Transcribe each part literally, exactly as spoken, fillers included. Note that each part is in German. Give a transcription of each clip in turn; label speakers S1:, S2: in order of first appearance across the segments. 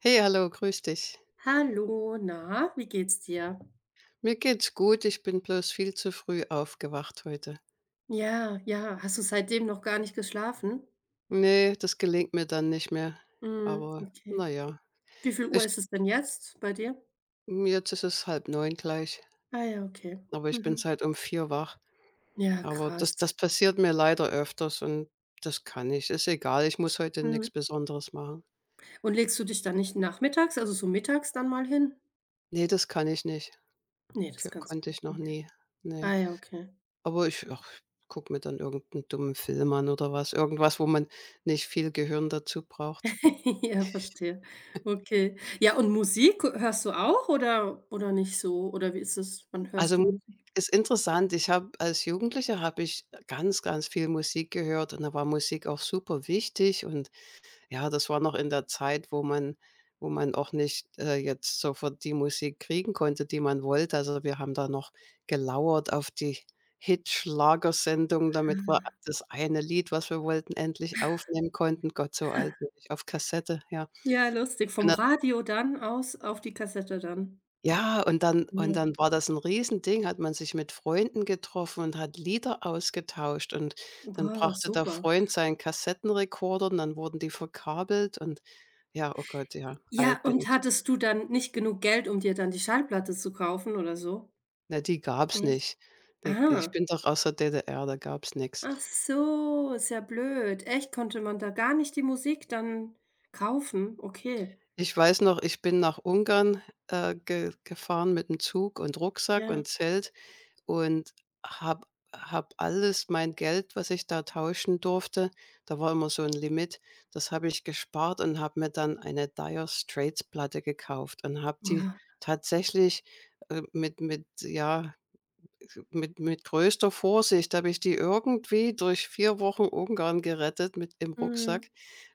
S1: Hey, hallo, grüß dich.
S2: Hallo, na, wie geht's dir?
S1: Mir geht's gut, ich bin bloß viel zu früh aufgewacht heute.
S2: Ja, ja, hast du seitdem noch gar nicht geschlafen?
S1: Ne, das gelingt mir dann nicht mehr,
S2: Mhm,
S1: aber
S2: okay.
S1: naja,
S2: Wie viel Uhr
S1: Ich
S2: ist es denn jetzt bei dir?
S1: jetzt ist es halb neun gleich,
S2: Ah ja, okay.
S1: aber ich bin
S2: Mhm.
S1: seit um vier wach.
S2: Ja,
S1: Aber das
S2: krass.
S1: das passiert mir leider öfters und das kann ich. Ist egal, ich muss heute
S2: Mhm.
S1: nichts Besonderes machen.
S2: Und legst du dich dann nicht nachmittags, also so mittags dann mal hin?
S1: Ne, das kann ich nicht.
S2: Ne,
S1: K
S2: das kannst du
S1: konnte
S2: nicht.
S1: ich noch
S2: Okay.
S1: nie. Ne.
S2: Ah ja, okay.
S1: Aber ich ach, gucke mir dann irgendeinen dummen Film an oder was, irgendwas, wo man nicht viel Gehirn dazu braucht.
S2: Ja, verstehe. Okay. Ja, und Musik hörst du auch oder oder nicht so? Oder wie ist es? Wann
S1: Also,
S2: hörst du
S1: Musik
S2: Musik?
S1: ist interessant. Ich habe als Jugendliche habe ich ganz, ganz viel Musik gehört, und da war Musik auch super wichtig, und ja, das war noch in der Zeit, wo man wo man auch nicht äh, jetzt sofort die Musik kriegen konnte, die man wollte. Also, wir haben da noch gelauert auf die Hitschlagersendung, damit wir das eine Lied, was wir wollten, endlich aufnehmen konnten. Gott, so alt bin ich. Auf Kassette, ja.
S2: Ja, lustig. Vom
S1: Und
S2: Radio dann aus auf die Kassette dann.
S1: Ja, und dann und
S2: Ja.
S1: dann war das ein Riesending, hat man sich mit Freunden getroffen und hat Lieder ausgetauscht, und dann
S2: Wow,
S1: brachte der
S2: super.
S1: Freund seinen Kassettenrekorder und dann wurden die verkabelt, und ja, oh Gott, ja,
S2: Ja,
S1: alt bin
S2: und
S1: ich.
S2: hattest du dann nicht genug Geld, um dir dann die Schallplatte zu kaufen oder so?
S1: Na, die gab's
S2: Was?
S1: nicht. Die Ich
S2: Ah,
S1: bin doch aus der D D R, da gab's nichts.
S2: ach so, ist ja blöd. Echt, konnte man da gar nicht die Musik dann kaufen? Okay.
S1: Ich weiß noch, ich bin nach Ungarn äh, ge gefahren mit'm Zug und Rucksack
S2: Ja.
S1: und Zelt. Und habe hab alles mein Geld, was ich da tauschen durfte, da war immer so ein Limit, das habe ich gespart, und habe mir dann eine Dire Straits Platte gekauft und habe die
S2: Wow.
S1: tatsächlich äh, mit mit ja, mit mit größter Vorsicht habe ich die irgendwie durch vier Wochen Ungarn gerettet mit im Rucksack,
S2: Mhm.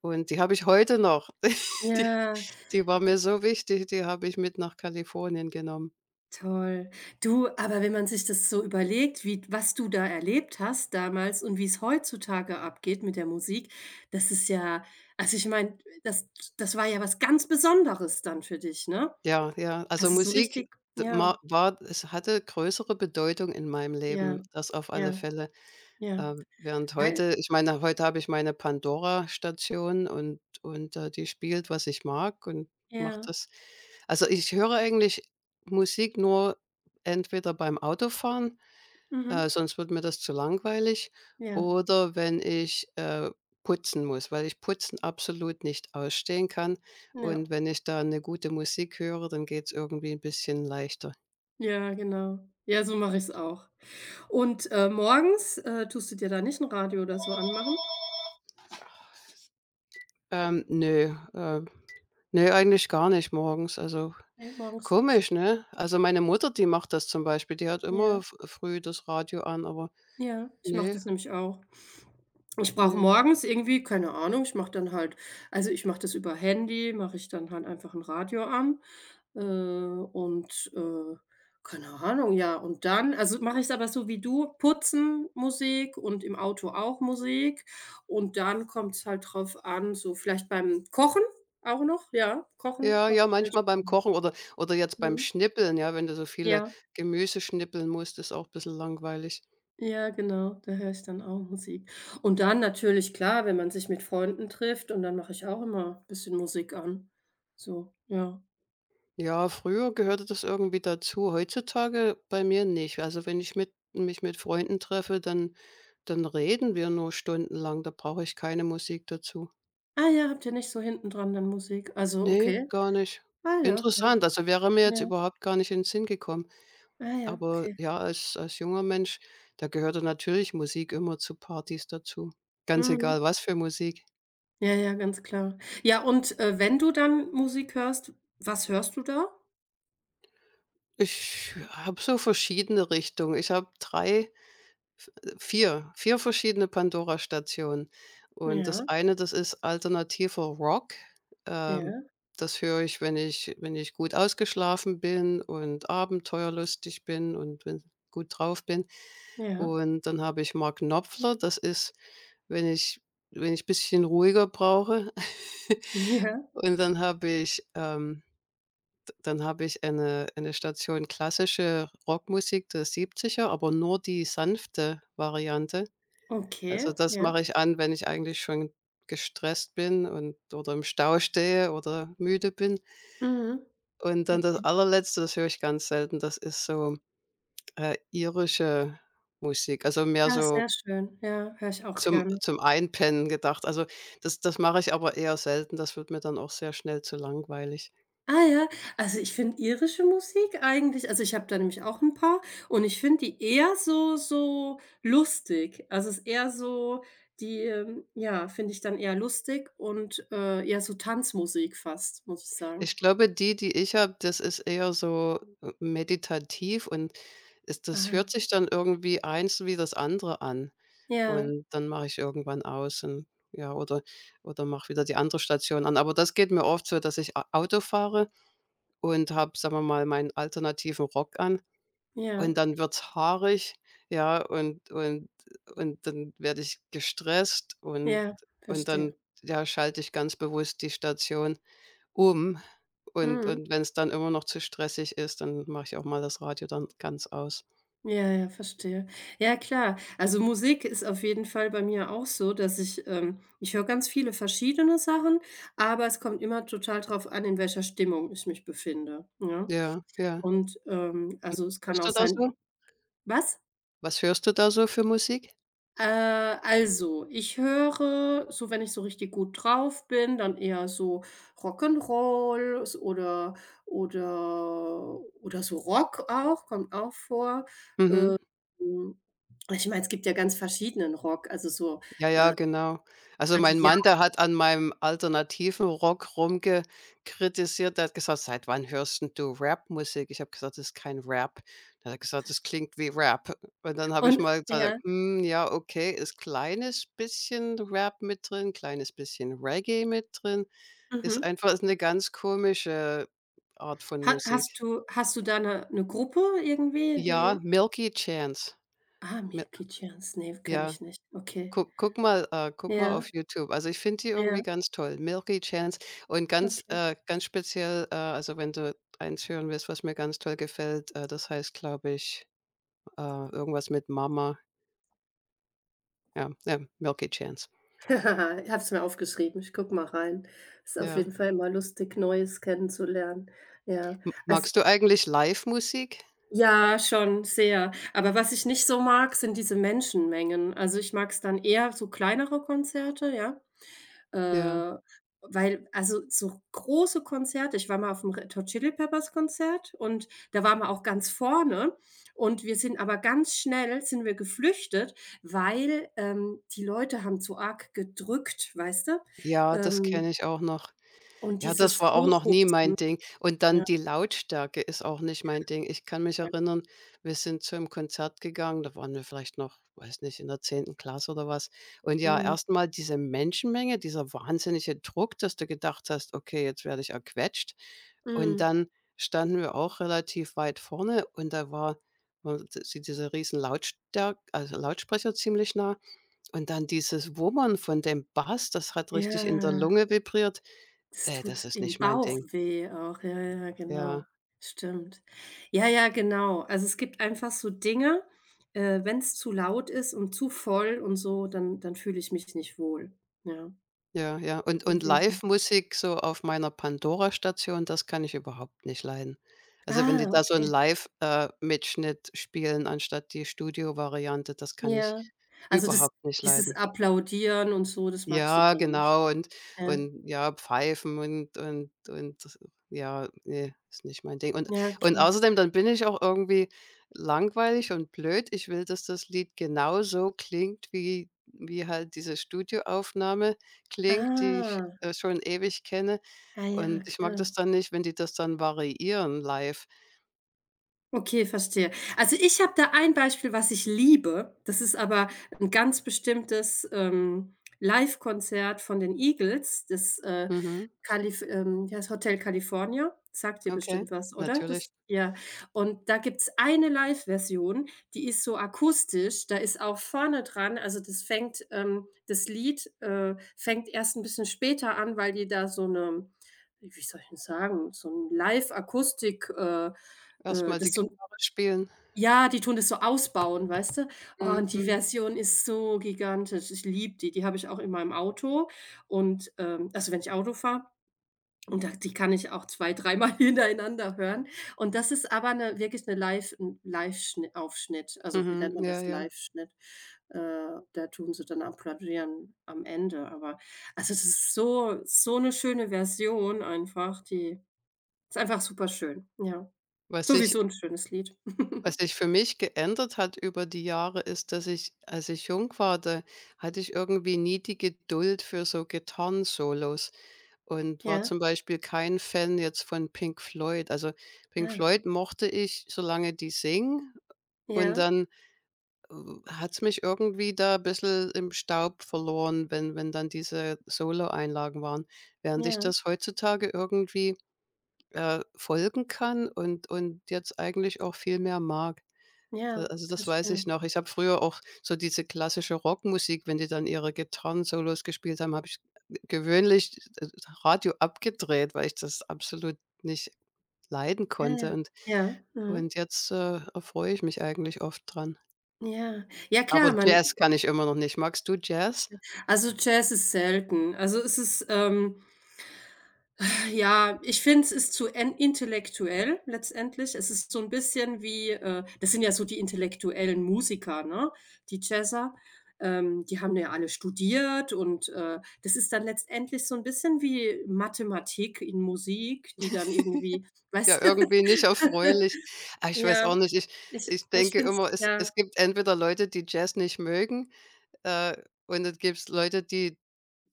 S1: und die habe ich heute noch. Die
S2: Ja,
S1: Die war mir so wichtig, die habe ich mit nach Kalifornien genommen.
S2: toll. Du, aber wenn man sich das so überlegt, wie was du da erlebt hast damals und wie es heutzutage abgeht mit der Musik, das ist ja, also, ich meine, das das war ja was ganz Besonderes dann für dich, ne?
S1: Ja, ja. Also,
S2: Also, so
S1: Musik
S2: richtig,
S1: d ma
S2: ja,
S1: war es, hatte größere Bedeutung in meinem
S2: ja,
S1: Leben, das auf alle
S2: ja,
S1: Fälle.
S2: ja.
S1: Ähm, während
S2: Weil
S1: heute, ich meine, heute habe ich meine Pandora-Station, und und, äh, die spielt, was ich mag und macht
S2: ja,
S1: das. Also, ich höre eigentlich Musik nur entweder beim Autofahren,
S2: mhm,
S1: äh, sonst wird mir das zu langweilig.
S2: ja,
S1: Oder wenn ich äh, putzen muss, weil ich Putzen absolut nicht ausstehen kann.
S2: ja,
S1: Und wenn ich da eine gute Musik höre, dann geht es irgendwie ein bisschen leichter.
S2: ja, genau. Ja, so mache ich's auch. Und, äh, morgens, äh, tust du dir da nicht 'n Radio oder so anmachen?
S1: Ähm, ne, äh, ne, eigentlich gar nicht morgens. Also,
S2: Ne, morgens nicht.
S1: komisch, ne? Also, meine Mutter, die macht das zum Beispiel. Die hat immer
S2: Ja,
S1: f früh das Radio an, aber
S2: ja, ich mache
S1: ne,
S2: das nämlich auch. Ich brauche
S1: ne.
S2: morgens irgendwie, keine Ahnung, ich mache dann halt, also, ich mache das über Handy, mache ich dann halt einfach 'n Radio an. Äh, und, äh, keine Ahnung, ja, und dann, also, mache ich es aber so wie du, putzen, Musik und im Auto auch Musik. Und dann kommt es halt drauf an, so vielleicht beim Kochen auch noch, ja, Kochen
S1: Ja,
S2: mache
S1: ja,
S2: ich vielleicht
S1: manchmal beim
S2: auch.
S1: Kochen oder oder jetzt beim
S2: Mhm.
S1: Schnippeln, ja, wenn du so viele
S2: Ja,
S1: Gemüse schnippeln musst, ist auch ein bisschen langweilig.
S2: ja, genau, da höre ich dann auch Musik. Und dann natürlich, klar, wenn man sich mit Freunden trifft und dann mache ich auch immer ein bisschen Musik an. So, ja.
S1: Ja, früher gehörte das irgendwie dazu. Heutzutage bei mir nicht. Also, wenn ich mit mich mit Freunden treffe, dann dann reden wir nur stundenlang, da brauche ich keine Musik dazu.
S2: Ah ja, habt ihr nicht so hinten dran dann Musik? Also,
S1: Ne,
S2: okay.
S1: gar nicht.
S2: Ah ja, ja,
S1: Interessant, also, wäre mir jetzt
S2: ja.
S1: überhaupt gar nicht in den Sinn gekommen.
S2: Ah ja,
S1: Aber
S2: okay.
S1: ja, als als junger Mensch, da gehörte natürlich Musik immer zu Partys dazu, ganz
S2: Mhm.
S1: egal was für Musik.
S2: Ja, ja, ganz klar. Ja, und, äh, wenn du dann Musik hörst, was hörst du da?
S1: Ich habe so verschiedene Richtungen. Ich habe drei. Vier vier verschiedene Pandora-Stationen. Und
S2: Ja,
S1: das eine, das ist alternativer Rock. Ähm,
S2: ja,
S1: das höre ich, wenn ich wenn ich gut ausgeschlafen bin und abenteuerlustig bin und wenn gut drauf bin.
S2: ja,
S1: Und dann habe ich Mark Knopfler, das ist, wenn ich wenn ich ein bisschen ruhiger brauche.
S2: ja,
S1: Und dann habe ich ähm, d dann habe ich eine eine Station klassische Rockmusik der siebziger, aber nur die sanfte Variante.
S2: okay,
S1: Also, das
S2: ja.
S1: mache ich an, wenn ich eigentlich schon gestresst bin und oder im Stau stehe oder müde bin.
S2: Mhm.
S1: Und dann das
S2: Okay.
S1: Allerletzte, das höre ich ganz selten, das ist so äh, irische Musik, also mehr
S2: Ah,
S1: so
S2: sehr schön. Ja, höre ich auch
S1: zum
S2: gerne.
S1: zum Einpennen gedacht. Also, das das mache ich aber eher selten, das wird mir dann auch sehr schnell zu langweilig.
S2: Ah ja, also, ich finde irische Musik eigentlich, also, ich habe da nämlich auch ein paar und ich finde die eher so so lustig. Also, es ist eher so die, ähm ja, finde ich dann eher lustig und, äh, eher so Tanzmusik fast, muss ich
S1: Ich
S2: sagen.
S1: glaube, die, die ich habe, das ist eher so äh, meditativ, und es das hört
S2: Ah.
S1: sich dann irgendwie eins wie das andere an.
S2: Ja,
S1: Und dann mache ich irgendwann aus und ja, oder oder mache wieder die andere Station an. Aber das geht mir oft so, dass ich A Auto fahre und habe, sagen wir mal, meinen alternativen Rock an, und
S2: ja,
S1: dann wird's haarig, ja, und und und dann werde ich gestresst und
S2: ja,
S1: und
S2: verstehe.
S1: dann, ja, schalte ich ganz bewusst die Station um. Und
S2: Mhm.
S1: und wenn es dann immer noch zu stressig ist, dann mache ich auch mal das Radio dann ganz aus.
S2: Ja, ja, verstehe. Ja, klar. Also, Musik ist auf jeden Fall bei mir auch so, dass ich ähm, ich höre ganz viele verschiedene Sachen, aber es kommt immer total drauf an, in welcher Stimmung ich mich befinde, ja.
S1: Ja, ja.
S2: Und, ähm, also, es kann
S1: Hörst
S2: auch
S1: du da
S2: sein,
S1: so
S2: was?
S1: was hörst du da so für Musik?
S2: Äh, also, ich höre so, wenn ich so richtig gut drauf bin, dann eher so Rock'n'Roll s oder oder oder so Rock auch, kommt auch vor.
S1: Mhm.
S2: Mhm. Ich meine, es gibt ja ganz verschiedenen Rock, also so
S1: Ja, ja, genau. Also,
S2: über
S1: mein
S2: die
S1: Mann,
S2: Jahre
S1: der hat an meinem alternativen Rock rumgekritisiert. Der hat gesagt: „Seit wann hörst 'n du musik?“ Ich habe gesagt: „Das ist kein Rap.“ Dann hat er gesagt: „Das klingt wie Rap.“ Und dann habe ich
S2: und
S1: mal
S2: ja,
S1: gesagt: ja, „Hm, ja, okay, ist kleines bisschen Rap mit drin, kleines bisschen Reggae mit drin.“ Ist
S2: mhm.
S1: einfach ist 'ne ganz komische Art von
S2: Ha
S1: Musik.
S2: Hast du hast du da 'ne 'ne Gruppe irgendwie,
S1: Ja,
S2: die
S1: Milky Chance.
S2: ah,
S1: Mi
S2: Milky Chance, ne, kenne
S1: ja.
S2: ich nicht. Okay.
S1: Guck guck mal äh, guck mal
S2: Ja,
S1: auf YouTube. Also, ich finde die
S2: ja,
S1: irgendwie ganz toll. Milky Chance und ganz
S2: okay.
S1: äh, ganz speziell äh, also, wenn du eins hören willst, was mir ganz toll gefällt, äh, das heißt, glaube ich, äh, irgendwas mit Mama. Ja, ja, Milky Chance.
S2: Ich habe es mir aufgeschrieben. Ich gucke mal rein. Ist auf
S1: Ja.
S2: jeden Fall immer lustig, Neues kennenzulernen. Ja,
S1: M
S2: als
S1: magst du eigentlich Live-Musik?
S2: ja, schon sehr. Aber was ich nicht so mag, sind diese Menschenmengen. Also, ich mag's dann eher so kleinere Konzerte, ja.
S1: Ja.
S2: Äh, weil, also so große Konzerte, ich war mal auf dem Red Hot Chili Peppers Konzert und da waren wir auch ganz vorne und wir sind aber ganz schnell sind wir geflüchtet, weil, ähm, die Leute haben zu arg gedrückt, weißt du?
S1: Ja, das kenne
S2: Ähm,
S1: ich auch noch.
S2: und
S1: Ja, das
S2: dieses
S1: war auch noch nie mein
S2: Hochhupsen.
S1: Ding. Und dann
S2: Ja,
S1: die Lautstärke ist auch nicht mein Ding. Ich kann mich
S2: ja.
S1: erinnern, wir sind zu einem Konzert gegangen, da waren wir vielleicht noch, weiß nicht, in der zehnten Klasse oder was. Und ja,
S2: Mhm.
S1: erstmal diese Menschenmenge, dieser wahnsinnige Druck, dass du gedacht hast: „Okay, jetzt werde ich erquetscht.“ Und
S2: Mhm.
S1: dann standen wir auch relativ weit vorne, und da war war d diese riesen Lautstärke, also, Lautsprecher ziemlich nah. Und dann dieses Wummern von dem Bass, das hat richtig in der
S2: Ja.
S1: Lunge vibriert.
S2: Es
S1: Äh, das
S2: tut
S1: ist
S2: im
S1: nicht mein
S2: Bauch
S1: Ding.
S2: weh auch. Ja, ja, ja,
S1: Ja,
S2: genau. Stimmt. Ja, ja, genau. Also, es gibt einfach so Dinge, äh, wenn es zu laut ist und zu voll und so, dann dann fühle ich mich nicht wohl. Ja,
S1: ja, ja. Und und
S2: auf jeden Fall.
S1: Live-Musik so auf meiner Pandora-Station, das kann ich überhaupt nicht leiden. Also, wenn die
S2: Ah,
S1: da so 'n
S2: okay.
S1: Live äh, Mitschnitt spielen anstatt die Studio-Variante, das kann ich
S2: Ja. Also, das
S1: überhaupt nicht
S2: dieses
S1: leiden.
S2: Applaudieren und so, das magst du
S1: Ja,
S2: dann nicht?
S1: genau, und
S2: Ja.
S1: und ja, Pfeifen und und und ja, ne, ist nicht mein Ding. Und
S2: Ja,
S1: und
S2: okay.
S1: außerdem, dann bin ich auch irgendwie langweilig und blöd. Ich will, dass das Lied genauso klingt, wie wie halt diese Studioaufnahme klingt, die ich
S2: Ah.
S1: äh, schon ewig kenne.
S2: Ah ja,
S1: Und ich mag das
S2: klar.
S1: dann nicht, wenn die das dann variieren live.
S2: Okay, verstehe. Also, ich habe da ein Beispiel, was ich liebe. Das ist aber ein ganz bestimmtes, ähm, Livekonzert von den Eagles, das, äh,
S1: Mhm,
S2: Calif ähm, wie heißt Hotel California. Sagt dir
S1: okay,
S2: bestimmt was, oder?
S1: natürlich.
S2: Das, ja. Und da gibt's eine Live-Version, die ist so akustisch, da ist auch vorne dran, also, das fängt, ähm das Lied, äh, fängt erst ein bisschen später an, weil die da so eine, wie soll ich denn sagen, so ein Live-Akustik, äh, äh
S1: Erstmal
S2: das
S1: die
S2: ist so 'n,
S1: Gitarre spielen.
S2: ja, die tun das so ausbauen, weißt du? Oh,
S1: Mhm,
S2: und die
S1: mhm,
S2: Version ist so gigantisch. Ich liebe die. Die habe ich auch in meinem Auto und, ähm also, wenn ich Auto fahre und da die kann ich auch zwei dreimal hintereinander hören. Und das ist aber eine wirklich eine Live 'n live Aufschnitt. Also, wie
S1: mhm,
S2: nennt man
S1: ja,
S2: das?
S1: ja.
S2: Live-Schnitt. Äh, da tun sie dann applaudieren am Ende, aber, also, es ist so so eine schöne Version einfach, die ist einfach super schön, ja.
S1: Was ich
S2: Sowieso ein schönes Lied.
S1: Was sich für mich geändert hat über die Jahre, ist, dass ich, als ich jung war, da hatte ich irgendwie nie die Geduld für so Gitarrensolos und war
S2: Ja,
S1: zum Beispiel kein Fan jetzt von Pink Floyd. Also Pink
S2: ja.
S1: Floyd mochte ich, solange die singen. Und
S2: Ja,
S1: dann hat es mich irgendwie da ein bisschen im Staub verloren, wenn wenn dann diese Solo-Einlagen waren. Während ich
S2: ja,
S1: das heutzutage irgendwie äh, folgen kann und, und jetzt eigentlich auch viel mehr mag. Da
S2: ja,
S1: also, das weiß
S2: verstehe.
S1: ich noch. Ich habe früher auch so diese klassische Rockmusik, wenn die dann ihre Getrann-Solos gespielt haben, habe ich gewöhnlich d Radio abgedreht, weil ich das absolut nicht leiden
S2: Ja,
S1: konnte,
S2: ja,
S1: und
S2: ja, mhm,
S1: und jetzt äh, erfreue ich mich eigentlich oft dran.
S2: ja. Ja
S1: Aber
S2: klar, man,
S1: Jazz kann ich immer noch nicht. Magst du Jazz?
S2: also Jazz ist selten. Also, es ist, ähm ja, ich finde, es ist zu en intellektuell letztendlich. Es ist so ein bisschen wie, äh das sind ja so die intellektuellen Musiker, ne, die Jazzer. Ähm, die haben ja alle studiert und, äh, das ist dann letztendlich so ein bisschen wie Mathematik in Musik, die dann irgendwie, weißt
S1: Ja,
S2: du?
S1: irgendwie nicht erfreulich. Ah, ich weiß auch
S2: Ja,
S1: nicht. Ich
S2: ich
S1: ich
S2: ich
S1: denke
S2: finde es,
S1: immer, es
S2: ja.
S1: es gibt entweder Leute, die Jazz nicht mögen, äh, und dann gibt's Leute, die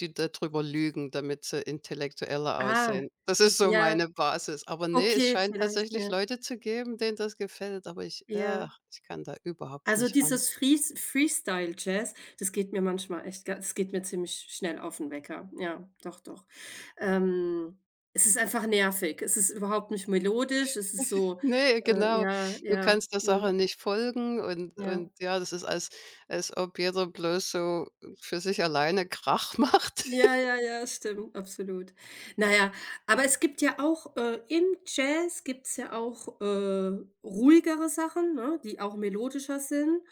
S1: die darüber lügen, damit sie intellektueller
S2: Ah.
S1: aussehen. Das ist so
S2: Ja,
S1: meine Basis. Aber nee, es
S2: okay,
S1: scheint
S2: vielleicht,
S1: tatsächlich
S2: ja.
S1: Leute zu geben, denen das gefällt, aber ich
S2: Ja.
S1: ach, ich kann da überhaupt
S2: Also,
S1: nicht ran.
S2: dieses Frees Freestyle Jazz, das geht mir manchmal echt ga das geht mir ziemlich schnell auf den Wecker. Ja, doch, doch. Ähm, es ist einfach nervig. Es ist überhaupt nicht melodisch. Es ist so,
S1: Ne,
S2: äh
S1: genau.
S2: ja,
S1: Du
S2: ja,
S1: kannst der Sache
S2: mhm,
S1: nicht folgen, und und
S2: ja.
S1: ja, das ist, als als ob jeder bloß so für sich alleine Krach macht.
S2: Ja, ja, ja, stimmt, absolut. Na ja, aber es gibt ja auch äh, im Jazz gibt's ja auch, äh, ruhigere Sachen, ne, die auch melodischer sind.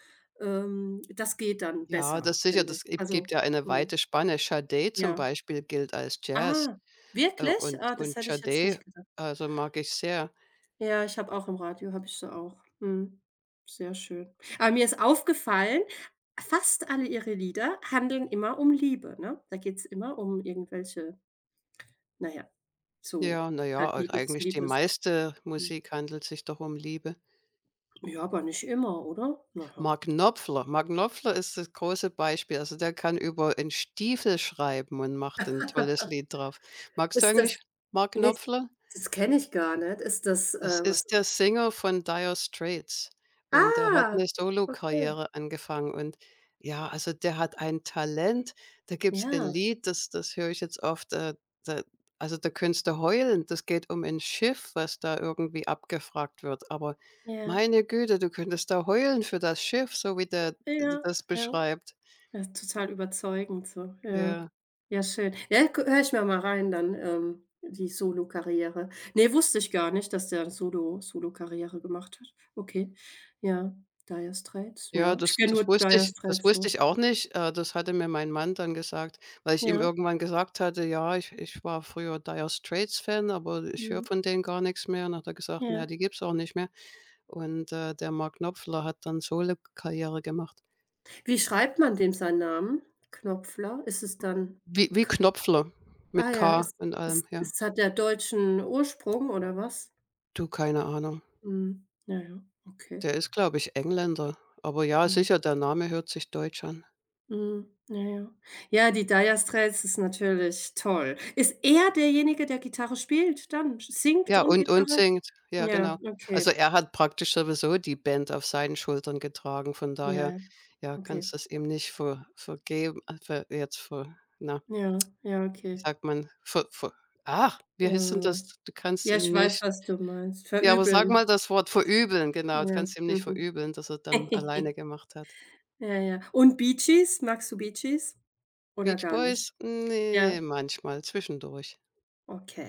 S2: Ähm, das geht dann
S1: Ja,
S2: besser,
S1: das sicher,
S2: finde ich.
S1: das gib gibt
S2: Also,
S1: ja eine
S2: ja,
S1: weite Spanne. Sade zum
S2: ja.
S1: Beispiel gilt als Jazz,
S2: Ah,
S1: äh,
S2: wirklich?
S1: und
S2: Ah, das
S1: und
S2: hätte ich jetzt
S1: Sade,
S2: nicht gedacht.
S1: also, mag ich sehr.
S2: Ja, ich habe auch im Radio habe ich so auch. Mhm. Sehr schön. Aber mir ist aufgefallen, fast alle ihre Lieder handeln immer um Liebe, ne? Da geht's immer um irgendwelche, na ja, so
S1: Ja, na
S2: ist halt
S1: ja,
S2: Liebes
S1: eigentlich die
S2: Liebes
S1: meiste
S2: hm,
S1: Musik handelt sich doch um Liebe.
S2: ja, aber nicht immer, oder? Na ja.
S1: Mark Knopfler Mark Knopfler ist das große Beispiel. Also, der kann über 'n Stiefel schreiben und macht ein tolles Lied drauf. Magst du
S2: Ist das,
S1: eigentlich Mark
S2: ne,
S1: Knopfler?
S2: das kenne ich gar nicht. Ist das,
S1: Das
S2: äh, was
S1: ist der Sänger von Dire Straits, und der hat
S2: ah,
S1: 'ne
S2: okay.
S1: Solokarriere angefangen und ja, also, der hat ein Talent. Da gibt's ein
S2: Ja,
S1: Lied, das das höre ich jetzt oft, äh, da also, da könntest du heulen. Das geht um ein Schiff, was da irgendwie abgewrackt wird, aber
S2: ja,
S1: meine Güte, du könntest da heulen für das Schiff, so wie der d
S2: ja,
S1: das
S2: ja.
S1: beschreibt.
S2: Ja, total überzeugend so, ja.
S1: Ja.
S2: Ja, schön. Ja, g höre ich mir mal rein dann, ähm, die Solokarriere. Ne, wusste ich gar nicht, dass der Solo Solokarriere gemacht hat. Okay, ja, Dire Straits,
S1: Ja,
S2: ja. Ich
S1: das
S2: kenne nur
S1: das wusste
S2: Dire
S1: ich das
S2: Straits
S1: wusste
S2: so.
S1: ich auch nicht. Äh, das hatte mir mein Mann dann gesagt, weil ich ihm
S2: Ja,
S1: irgendwann gesagt hatte: „Ja, ich ich war früher Dire Straits-Fan, aber ich höre
S2: mhm,
S1: von denen gar nix mehr.“ Und hat er gesagt: „Na ja,
S2: ja.
S1: die gibt's auch nicht mehr.“ Und, äh, der Mark Knopfler hat dann Solokarriere gemacht.
S2: Wie schreibt man dem seinen Namen? Knopfler? Ist es dann
S1: Wie wie
S2: K,
S1: Knopfler
S2: ah
S1: mit
S2: ja,
S1: K
S2: es
S1: und
S2: es
S1: allem, ja.
S2: es hat ja deutschen Ursprung oder was?
S1: Du, keine Ahnung.
S2: Mhm. Ja, ja, okay.
S1: Der ist, glaube ich, Engländer. Aber ja,
S2: Mhm.
S1: sicher, der Name hört sich deutsch an.
S2: Mhm. Ja, ja. Ja, die Dire Straits ist natürlich toll. Ist er derjenige, der Gitarre spielt dann? Singt
S1: Ja,
S2: und
S1: und und
S2: Gitarre?
S1: singt. Ja,
S2: Ja,
S1: genau. Also,
S2: okay.
S1: er hat praktisch sowieso die Band auf seinen Schultern getragen, von
S2: Ja,
S1: daher,
S2: ja,
S1: ja,
S2: okay.
S1: kannst das ihm nicht ver vergeben äh, ver jetzt ver na,
S2: Ja, ja,
S1: wie
S2: okay.
S1: sagt man, ver ver ach, wie heißt denn
S2: Äh,
S1: das? Du kannst
S2: ja, ich
S1: ihm
S2: weiß,
S1: nicht
S2: was du meinst.
S1: ja, aber sag
S2: Verübeln.
S1: mal das Wort verübeln, genau. Du
S2: Ja,
S1: kannst ihm nicht
S2: mhm.
S1: verübeln, dass er's dann alleine gemacht hat.
S2: Ja, ja. Und Bee Gees? Magst du Bee Gees oder
S1: Beach
S2: gar nicht?
S1: Boys?
S2: Ja,
S1: Ne, manchmal, zwischendurch.
S2: okay.